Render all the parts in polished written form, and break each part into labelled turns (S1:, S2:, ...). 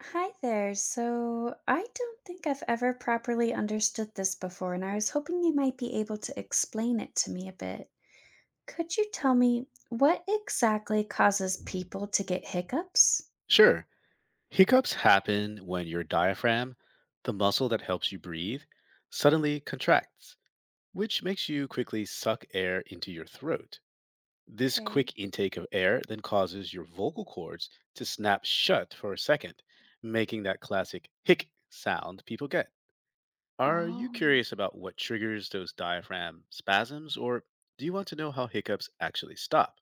S1: Hi there. So, I don't think I've ever properly understood this before, and I was hoping you might be able to explain it to me a bit. Could you tell me what exactly causes people to get hiccups?
S2: Sure. Hiccups happen when your diaphragm, the muscle that helps you breathe, suddenly contracts, which makes you quickly suck air into your throat. This
S1: Okay.
S2: quick intake of air then causes your vocal cords to snap shut for a second, making that classic hic sound people get. Are you
S1: Oh,
S2: curious about what triggers those diaphragm spasms, or do you want to know how hiccups actually stop?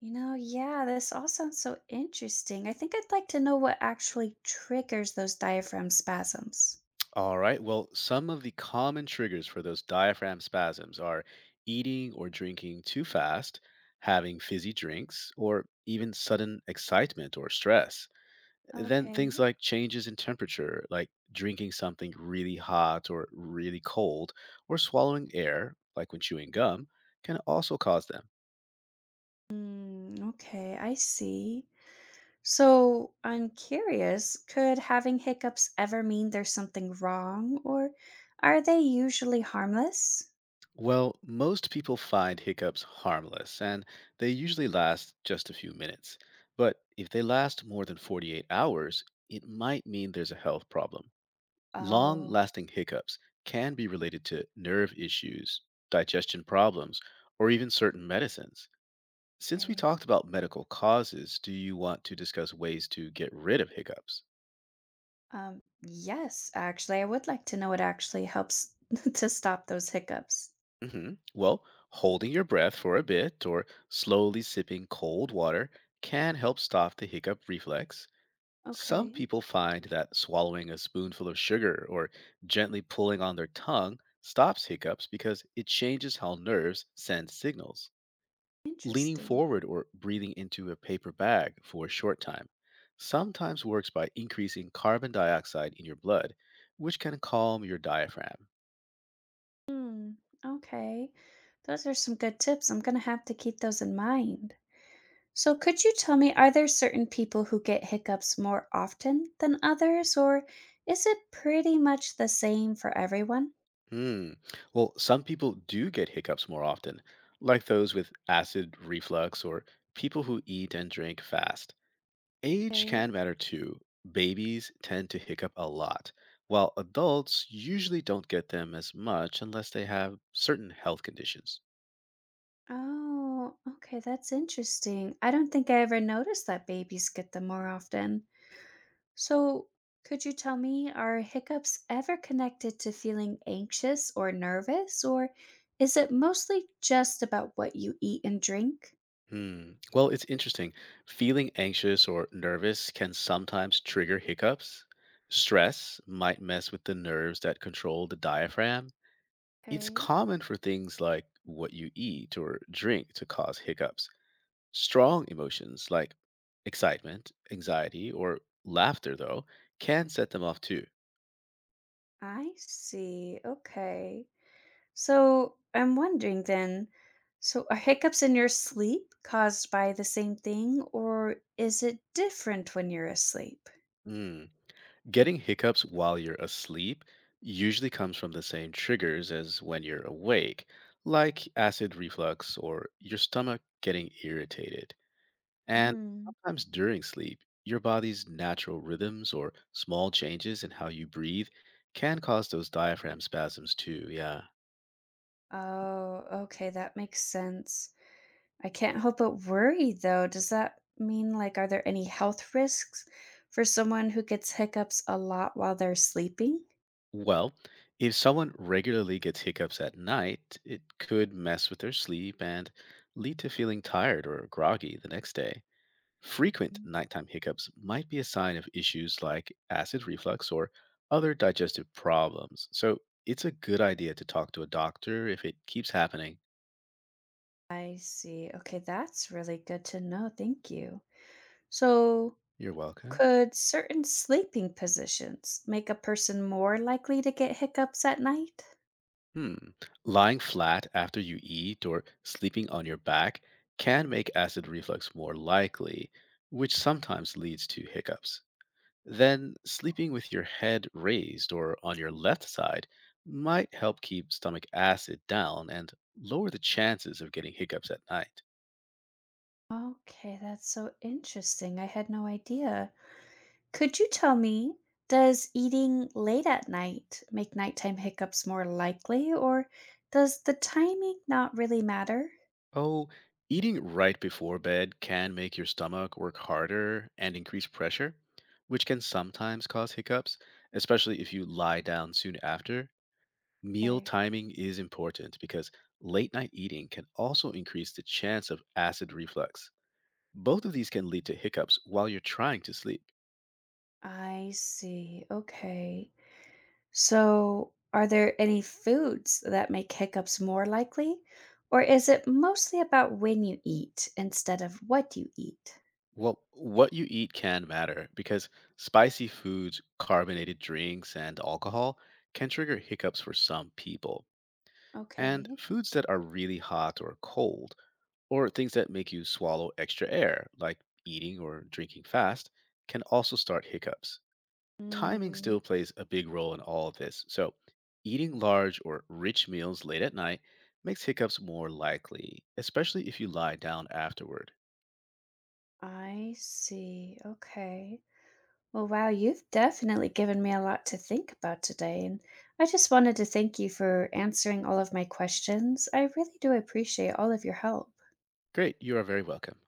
S1: you know, yeah, this all sounds so interesting. I think I'd like to know what actually triggers those diaphragm spasms.
S2: All right. Well, some of the common triggers for those diaphragm spasms are eating or drinking too fast, having fizzy drinks, or even sudden excitement or stress. Then
S1: Okay.
S2: things like changes in temperature, like drinking something really hot or really cold, or swallowing air, like when chewing gum, can also cause them.
S1: Mm, okay, I see. So I'm curious, could having hiccups ever mean there's something wrong, or are they usually harmless?
S2: Well, most people find hiccups harmless and they usually last just a few minutes. But if they last more than 48 hours, it might mean there's a health problem. Long
S1: Oh,
S2: lasting hiccups can be related to nerve issues, digestion problems, or even certain medicines. Since we
S1: okay.
S2: talked about medical causes, do you want to discuss ways to get rid of hiccups?
S1: Yes, actually, I would like to know what actually helps to stop those hiccups.
S2: Well, holding your breath for a bit or slowly sipping cold water can help stop the hiccup reflex. Some
S1: Okay,
S2: people find that swallowing a spoonful of sugar or gently pulling on their tongue stops hiccups because it changes how nerves send signals. Leaning
S1: interesting.
S2: forward or breathing into a paper bag for a short time sometimes works by increasing carbon dioxide in your blood, which can calm your diaphragm.
S1: Hmm, okay. Those are some good tips. I'm gonna have to keep those in mind. So, could you tell me, are there certain people who get hiccups more often than others, or is it pretty much the same for everyone?
S2: Hmm. Well, some people do get hiccups more often, like those with acid reflux or people who eat and drink fast. Age
S1: Okay.
S2: can matter too. Babies tend to hiccup a lot, while adults usually don't get them as much unless they have certain health conditions.
S1: Oh, okay, that's interesting. I don't think I ever noticed that babies get them more often. So, could you tell me, are hiccups ever connected to feeling anxious or nervous, or is it mostly just about what you eat and drink?
S2: Hmm. Well, it's interesting. Feeling anxious or nervous can sometimes trigger hiccups. Stress might mess with the nerves that control the diaphragm. It's
S1: Okay,
S2: common for things like what you eat or drink to cause hiccups. Strong emotions like excitement, anxiety, or laughter, though, can set them off too.
S1: I see. Okay. So I'm wondering then, so are hiccups in your sleep caused by the same thing, or is it different when you're asleep?
S2: Mm. Getting hiccups while you're asleep usually comes from the same triggers as when you're awake, like acid reflux or your stomach getting irritated. And
S1: Mhm.
S2: sometimes during sleep, your body's natural rhythms or small changes in how you breathe can cause those diaphragm spasms too. Yeah.
S1: Oh, okay, that makes sense. I can't help but worry though. Does that mean, like, are there any health risks for someone who gets hiccups a lot while they're sleeping?
S2: Well, if someone regularly gets hiccups at night, it could mess with their sleep and lead to feeling tired or groggy the next day. Frequent
S1: Mm.
S2: nighttime hiccups might be a sign of issues like acid reflux or other digestive problems. So it's a good idea to talk to a doctor if it keeps happening.
S1: I see. Okay, that's really good to know. Thank you. So,
S2: You're welcome.
S1: could certain sleeping positions make a person more likely to get hiccups at night?
S2: Hmm. Lying flat after you eat or sleeping on your back can make acid reflux more likely, which sometimes leads to hiccups. Then, sleeping with your head raised or on your left side might help keep stomach acid down and lower the chances of getting hiccups at night.
S1: Okay, that's so interesting. I had no idea. Could you tell me, does eating late at night make nighttime hiccups more likely, or does the timing not really matter?
S2: Oh, eating right before bed can make your stomach work harder and increase pressure, which can sometimes cause hiccups, especially if you lie down soon after. Meal
S1: Okay.
S2: timing is important because late night eating can also increase the chance of acid reflux. Both of these can lead to hiccups while you're trying to sleep.
S1: I see. Okay. So, are there any foods that make hiccups more likely? Or is it mostly about when you eat instead of what you eat?
S2: Well, what you eat can matter because spicy foods, carbonated drinks, and alcohol can trigger hiccups for some people. And
S1: Okay.
S2: foods that are really hot or cold, or things that make you swallow extra air, like eating or drinking fast, can also start hiccups. Timing
S1: Mm,
S2: still plays a big role in all of this. So, eating large or rich meals late at night makes hiccups more likely, especially if you lie down afterward.
S1: I see. Okay. Well, wow, you've definitely given me a lot to think about today. And I just wanted to thank you for answering all of my questions. I really do appreciate all of your help.
S2: Great, you are very welcome.